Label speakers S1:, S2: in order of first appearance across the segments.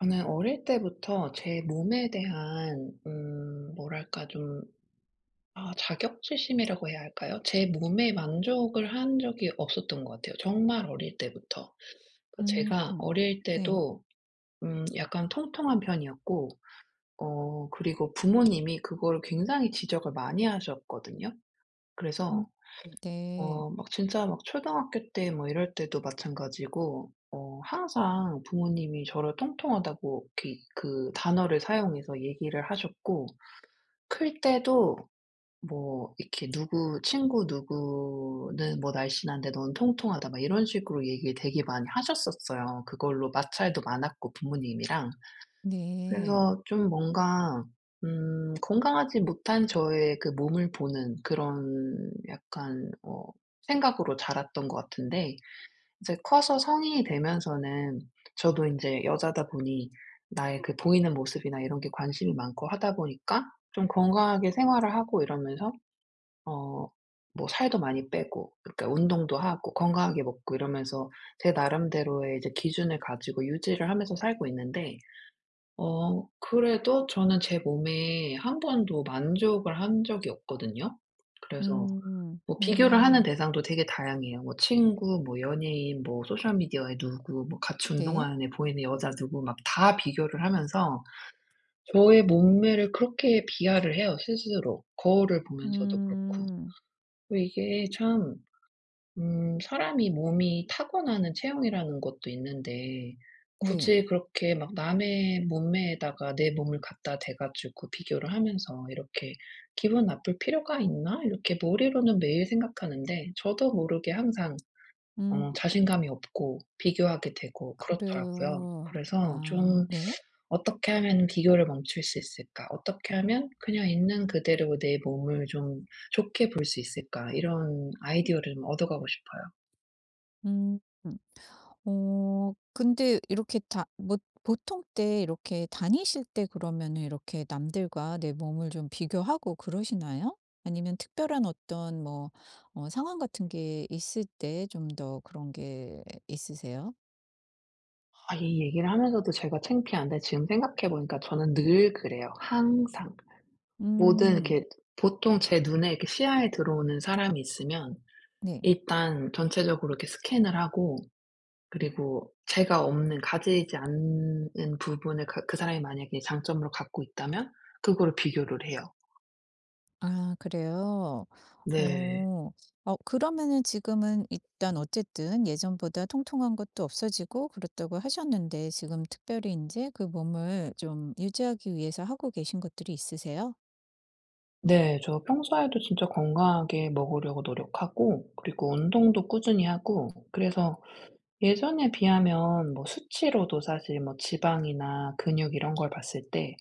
S1: 저는 어릴 때부터 제 몸에 대한 뭐랄까 좀 자격지심이라고 해야 할까요? 제 몸에 만족을 한 적이 없었던 것 같아요, 정말 어릴 때부터. 그러니까
S2: 음
S1: 제가
S2: 음,
S1: 어릴
S2: 네.
S1: 때도 약간 통통한 편이었고, 그리고 부모님이 그걸 굉장히 지적을 많이 하셨거든요.
S2: 음
S1: 그래서
S2: 네.
S1: 막 진짜 막 초등학교 때 뭐 이럴 때도 마찬가지고, 항상 부모님이 저를 "통통하다"고 이렇게 그 단어를 사용해서 얘기를 하셨고, 클 때도 뭐 이렇게 누구 친구 누구는 뭐 "날씬한데 넌 통통하다" 막 이런 식으로 얘기를 되게 많이 하셨었어요. 그걸로 마찰도 많았고, 부모님이랑.
S2: 네.
S1: 그래서 좀 뭔가 건강하지 못한 저의 그 몸을 보는 그런 약간 생각으로 자랐던 것 같은데, 이제 커서 성인이 되면서는 저도 이제 여자다 보니 나의 그 보이는 모습이나 이런 게 관심이 많고 하다 보니까 좀 건강하게 생활을 하고 이러면서, 어 뭐 살도 많이 빼고, 그러니까 운동도 하고 건강하게 먹고 이러면서 제 나름대로의 이제 기준을 가지고 유지를 하면서 살고 있는데, 그래도 저는 제 몸에 한 번도 만족을 한 적이 없거든요. 그래서 뭐 비교를 하는
S2: 네.
S1: 대상도 되게 다양해요. 뭐 친구, 뭐 연예인, 뭐 소셜 미디어에 누구, 뭐 같이
S2: 네.
S1: 운동하는 애 보이는 여자 누구 막 다 비교를 하면서 저의 몸매를 그렇게 비하를 해요, 스스로. 거울을 보면서도 그렇고.
S2: 음
S1: 이게 참, 사람이 몸이 타고나는 체형이라는 것도 있는데,
S2: 네.
S1: 굳이 그렇게 막 남의 몸매에다가 내 몸을 갖다 대 가지고 비교를 하면서 이렇게 '기분 나쁠 필요가 있나?' 이렇게 머리로는 매일 생각하는데, 저도 모르게 항상
S2: 음
S1: 자신감이 없고 비교하게 되고 그렇더라고요.
S2: 그래요.
S1: 그래서
S2: 아,
S1: 좀
S2: 네.
S1: '어떻게 하면 비교를 멈출 수 있을까? 어떻게 하면 그냥 있는 그대로 내 몸을 좀 좋게 볼 수 있을까?' 이런 아이디어를 좀 얻어가고 싶어요.
S2: 음 근데 이렇게 다 뭐 보통 때 이렇게 다니실 때 그러면은 이렇게 남들과 내 몸을 좀 비교하고 그러시나요? 아니면 특별한 어떤 뭐 상황 같은 게 있을 때 좀 더 그런 게 있으세요?
S1: 아, 이 얘기를 하면서도 제가 창피한데, 지금 생각해 보니까 저는 늘 그래요, 항상. 모든
S2: 음
S1: 이렇게, 보통 제 눈에 이렇게 시야에 들어오는 사람이 있으면
S2: 네.
S1: 일단 전체적으로 이렇게 스캔을 하고, 그리고 제가 없는, 가지지 않는 부분을 가 그 사람이 만약에 장점으로 갖고 있다면 그거를 비교를 해요.
S2: 아 그래요?
S1: 네.
S2: 어. 그러면은 지금은 일단 어쨌든 예전보다 통통한 것도 없어지고 그렇다고 하셨는데 지금 특별히 이제 그 몸을 좀 유지하기 위해서 하고 계신 것들이 있으세요?
S1: 네. 저 평소에도 진짜 건강하게 먹으려고 노력하고, 그리고 운동도 꾸준히 하고, 그래서 예전에 비하면 뭐 수치로도 사실 뭐 지방이나 근육 이런 걸 봤을 때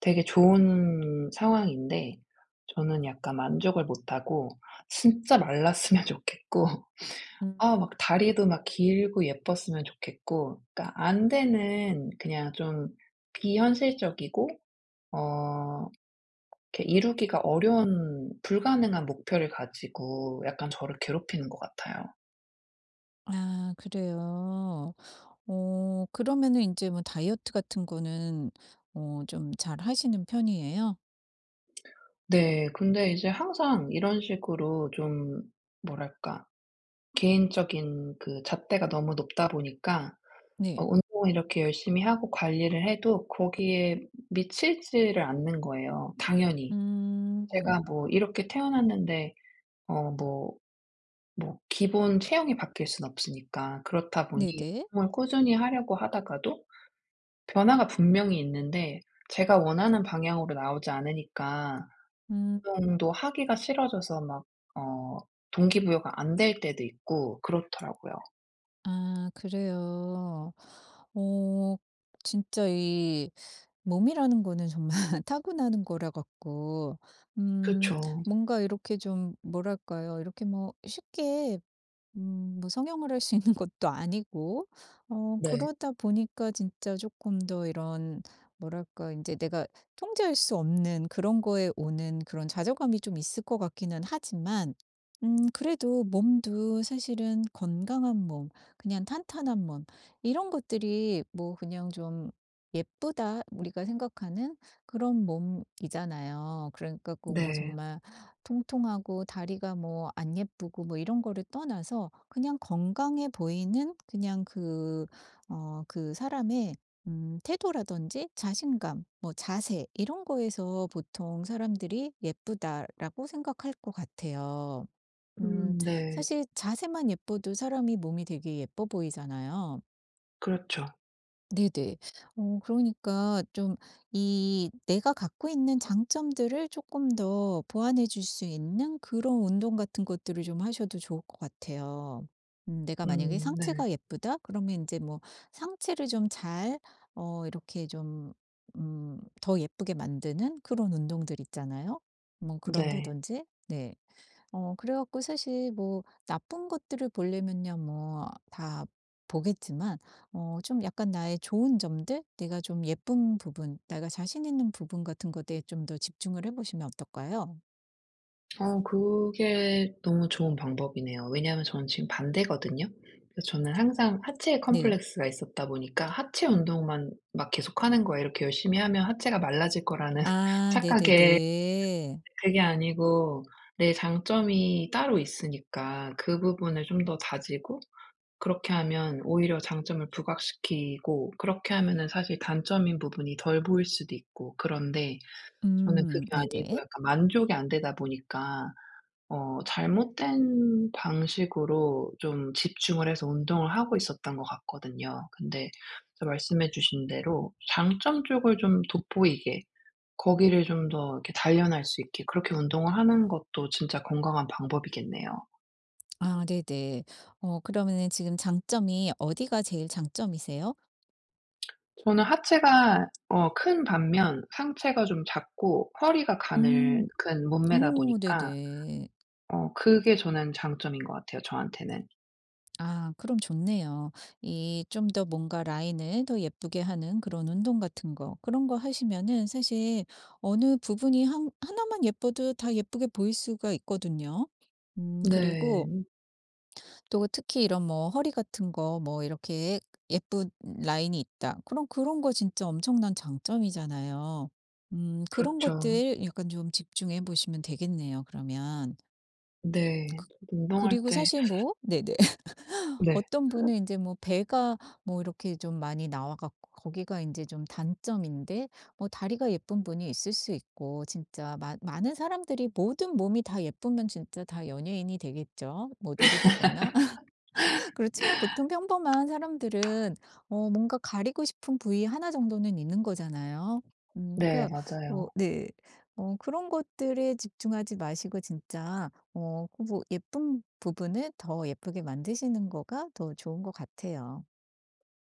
S1: 되게 좋은 상황인데, 저는 약간 만족을 못 하고 진짜 말랐으면 좋겠고,
S2: 음.
S1: 막 다리도 막 길고 예뻤으면 좋겠고, 그러니까 안 되는, 그냥 좀 비현실적이고 어 이렇게 이루기가 어려운 불가능한 목표를 가지고 약간 저를 괴롭히는 것 같아요.
S2: 아 그래요. 그러면은 이제 뭐 다이어트 같은 거는 좀 잘하시는 편이에요?
S1: 네. 근데 이제 항상 이런 식으로 좀, 뭐랄까, 개인적인 그 잣대가 너무 높다 보니까
S2: 네.
S1: 운동을 이렇게 열심히 하고 관리를 해도 거기에 미치지를 않는 거예요, 당연히. 제가
S2: 음.
S1: 뭐 이렇게 태어났는데 어 뭐 뭐 기본 체형이 바뀔 순 없으니까. 그렇다 보니
S2: 네네.
S1: 운동을 꾸준히 하려고 하다가도 변화가 분명히 있는데 제가 원하는 방향으로 나오지 않으니까
S2: 음.
S1: 운동도 하기가 싫어져서 막 어 동기부여가 안 될 때도 있고 그렇더라고요.
S2: 아 그래요. 어 진짜 이 몸이라는 거는 정말 타고나는 거라 갖고, 음
S1: 그쵸.
S2: 뭔가 이렇게 좀 뭐랄까요? 이렇게 뭐 쉽게 뭐 성형을 할 수 있는 것도 아니고,
S1: 네.
S2: 그러다 보니까 진짜 조금 더 이런 뭐랄까 이제 내가 통제할 수 없는 그런 거에 오는 그런 좌절감이 좀 있을 것 같기는 하지만, 그래도 몸도 사실은 건강한 몸, 그냥 탄탄한 몸 이런 것들이 뭐 그냥 좀 예쁘다 우리가 생각하는 그런 몸이잖아요. 그러니까 꼭 뭐
S1: 네.
S2: 정말 통통하고 다리가 뭐 안 예쁘고 뭐 이런 거를 떠나서 그냥 건강해 보이는 그냥 그, 그 사람의, 태도라든지 자신감, 뭐 자세, 이런 거에서 보통 사람들이 예쁘다라고 생각할 것 같아요. 음,
S1: 네.
S2: 사실 자세만 예뻐도 사람이 몸이 되게 예뻐 보이잖아요.
S1: 그렇죠.
S2: 네네. 그러니까 좀 이 내가 갖고 있는 장점들을 조금 더 보완해 줄 수 있는 그런 운동 같은 것들을 좀 하셔도 좋을 것 같아요. 내가 만약에
S1: 네.
S2: 상체가 예쁘다? 그러면 이제 뭐 상체를 좀 잘, 이렇게 좀 더 예쁘게 만드는 그런 운동들 있잖아요. 뭐
S1: 네.
S2: 그런다든지. 네. 그래 갖고 사실 뭐 나쁜 것들을 보려면요 뭐 다 보겠지만, 좀 약간 나의 좋은 점들, 내가 좀 예쁜 부분, 내가 자신 있는 부분 같은 것에 좀 더 집중을 해 보시면 어떨까요?
S1: 그게 너무 좋은 방법이네요. 왜냐하면 저는 지금 반대거든요. 그래서 저는 항상 하체
S2: 네.
S1: 컴플렉스가 있었다 보니까 '하체 운동만 막 계속하는 거야. 이렇게 열심히 하면 하체가 말라질 거'라는
S2: 아
S1: 착각에,
S2: 네네네.
S1: 그게 아니고 내 장점이 따로 있으니까 그 부분을 좀 더 다지고 그렇게 하면 오히려 장점을 부각시키고, 그렇게 하면은 사실 단점인 부분이 덜 보일 수도 있고 그런데, 저는 그게 아니고
S2: 네네.
S1: 약간 만족이 안 되다 보니까 잘못된 방식으로 좀 집중을 해서 운동을 하고 있었던 것 같거든요. 근데 진짜 말씀해 주신 대로 장점 쪽을 좀 돋보이게, 거기를 좀 더 이렇게 단련할 수 있게 그렇게 운동을 하는 것도 진짜 건강한 방법이겠네요.
S2: 아 네네. 그러면은 지금 장점이 어디가 제일 장점이세요?
S1: 저는 하체가 큰 반면 상체가 좀 작고 허리가 가늘
S2: 음.
S1: 큰 몸매다
S2: 오
S1: 보니까
S2: 네네.
S1: 그게 저는 장점인 것 같아요, 저한테는.
S2: 아 그럼 좋네요. 이 좀 더 뭔가 라인을 더 예쁘게 하는 그런 운동 같은 거 그런 거 하시면은 사실 어느 부분이 한 하나만 예뻐도 다 예쁘게 보일 수가 있거든요. 그리고
S1: 네.
S2: 또 특히 이런 뭐 허리 같은 거 뭐 이렇게 예쁜 라인이 있다. 그럼 그런 거 진짜 엄청난 장점이잖아요. 그런
S1: 그렇죠.
S2: 것들 약간 좀 집중해 보시면 되겠네요 그러면.
S1: 네.
S2: 그
S1: 운동할
S2: 그리고
S1: 때.
S2: 사실 뭐 네네.
S1: 네.
S2: 어떤 분은 이제 뭐 배가 뭐 이렇게 좀 많이 나와 갖고 거기가 이제 좀 단점인데 뭐 다리가 예쁜 분이 있을 수 있고, 진짜 많은 사람들이 모든 몸이 다 예쁘면 진짜 다 연예인이 되겠죠, 모델이 되거나. 그렇지만 보통 평범한 사람들은 뭔가 가리고 싶은 부위 하나 정도는 있는 거잖아요.
S1: 네,
S2: 그러니까 어
S1: 맞아요.
S2: 네. 그런 것들에 집중하지 마시고 진짜 그뭐 예쁜 부분을 더 예쁘게 만드시는 거가 더 좋은 것 같아요.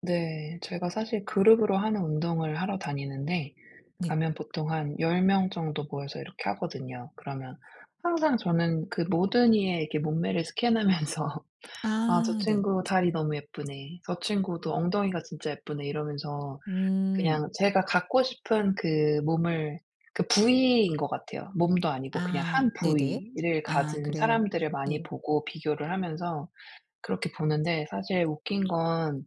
S1: 네. 제가 사실 그룹으로 하는 운동을 하러 다니는데,
S2: 네.
S1: 가면 보통 한 10명 정도 모여서 이렇게 하거든요. 그러면 항상 저는 그 모든 이의 이렇게 몸매를 스캔하면서 '아 저
S2: 아 네.
S1: 친구 다리 너무 예쁘네. 저 친구도 엉덩이가 진짜 예쁘네.' 이러면서
S2: 음.
S1: 그냥 제가 갖고 싶은 그 몸을, 그 부위인 것 같아요. 몸도 아니고 그냥
S2: 아
S1: 한
S2: 네네.
S1: 부위를
S2: 아
S1: 가진
S2: 그래요.
S1: 사람들을 많이
S2: 네.
S1: 보고 비교를 하면서 그렇게 보는데, 사실 웃긴 건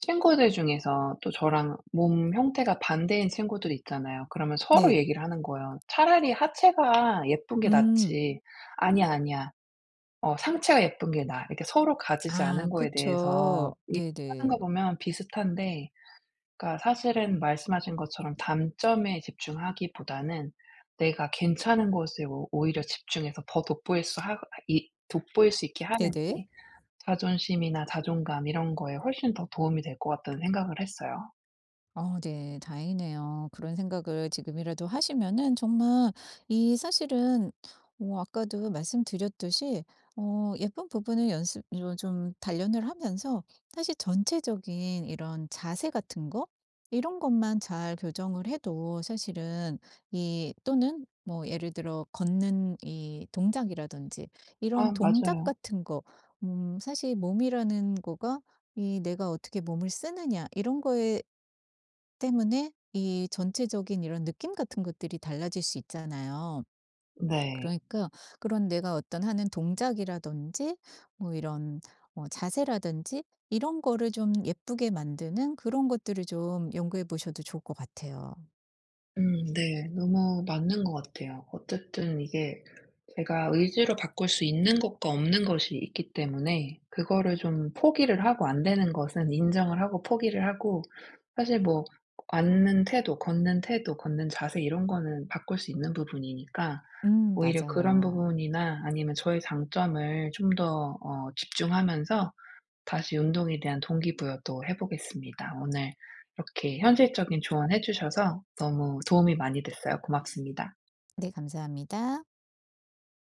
S1: 친구들 중에서 또 저랑 몸 형태가 반대인 친구들이 있잖아요. 그러면 서로
S2: 네.
S1: 얘기를 하는 거예요. "차라리 하체가 예쁜 게
S2: 음.
S1: 낫지." "아니야, 아니야. 상체가 예쁜 게 나아." 이렇게 서로 가지지
S2: 아
S1: 않은 거에
S2: 그쵸.
S1: 대해서 얘기하는 거
S2: 네네.
S1: 보면 비슷한데, 그러니까 사실은 말씀하신 것처럼 단점에 집중하기보다는 내가 괜찮은 것에 오 오히려 집중해서 더 돋보일 수 있게 하는
S2: 네네.
S1: 게 자존심이나 자존감 이런 거에 훨씬 더 도움이 될 것 같다는 생각을 했어요.
S2: 네. 다행이네요. 그런 생각을 지금이라도 하시면은 정말 이 사실은, 아까도 말씀드렸듯이, 예쁜 부분을 연습, 좀 단련을 하면서 사실 전체적인 이런 자세 같은 거, 이런 것만 잘 교정을 해도 사실은, 이 또는 뭐 예를 들어 걷는 이 동작이라든지 이런
S1: 아,
S2: 동작
S1: 맞아요.
S2: 같은 거, 사실 몸이라는 거가 이 내가 어떻게 몸을 쓰느냐 이런 거에 때문에 이 전체적인 이런 느낌 같은 것들이 달라질 수 있잖아요.
S1: 네.
S2: 그러니까 그런 내가 어떤 하는 동작이라든지 뭐 이런 자세라든지 이런 거를 좀 예쁘게 만드는 그런 것들을 좀 연구해 보셔도 좋을 것 같아요.
S1: 네. 너무 맞는 것 같아요. 어쨌든 이게 제가 의지로 바꿀 수 있는 것과 없는 것이 있기 때문에 그거를 좀 포기를 하고, 안 되는 것은 인정을 하고 포기를 하고, 사실 뭐 앉는 태도, 걷는 태도, 걷는 자세 이런 거는 바꿀 수 있는 부분이니까 오히려 그런
S2: 맞아요.
S1: 부분이나 아니면 저의 장점을 좀 더 집중하면서 다시 운동에 대한 동기부여도 해 보겠습니다. 오늘 이렇게 현실적인 조언해 주셔서 너무 도움이 많이 됐어요. 고맙습니다.
S2: 네, 감사합니다.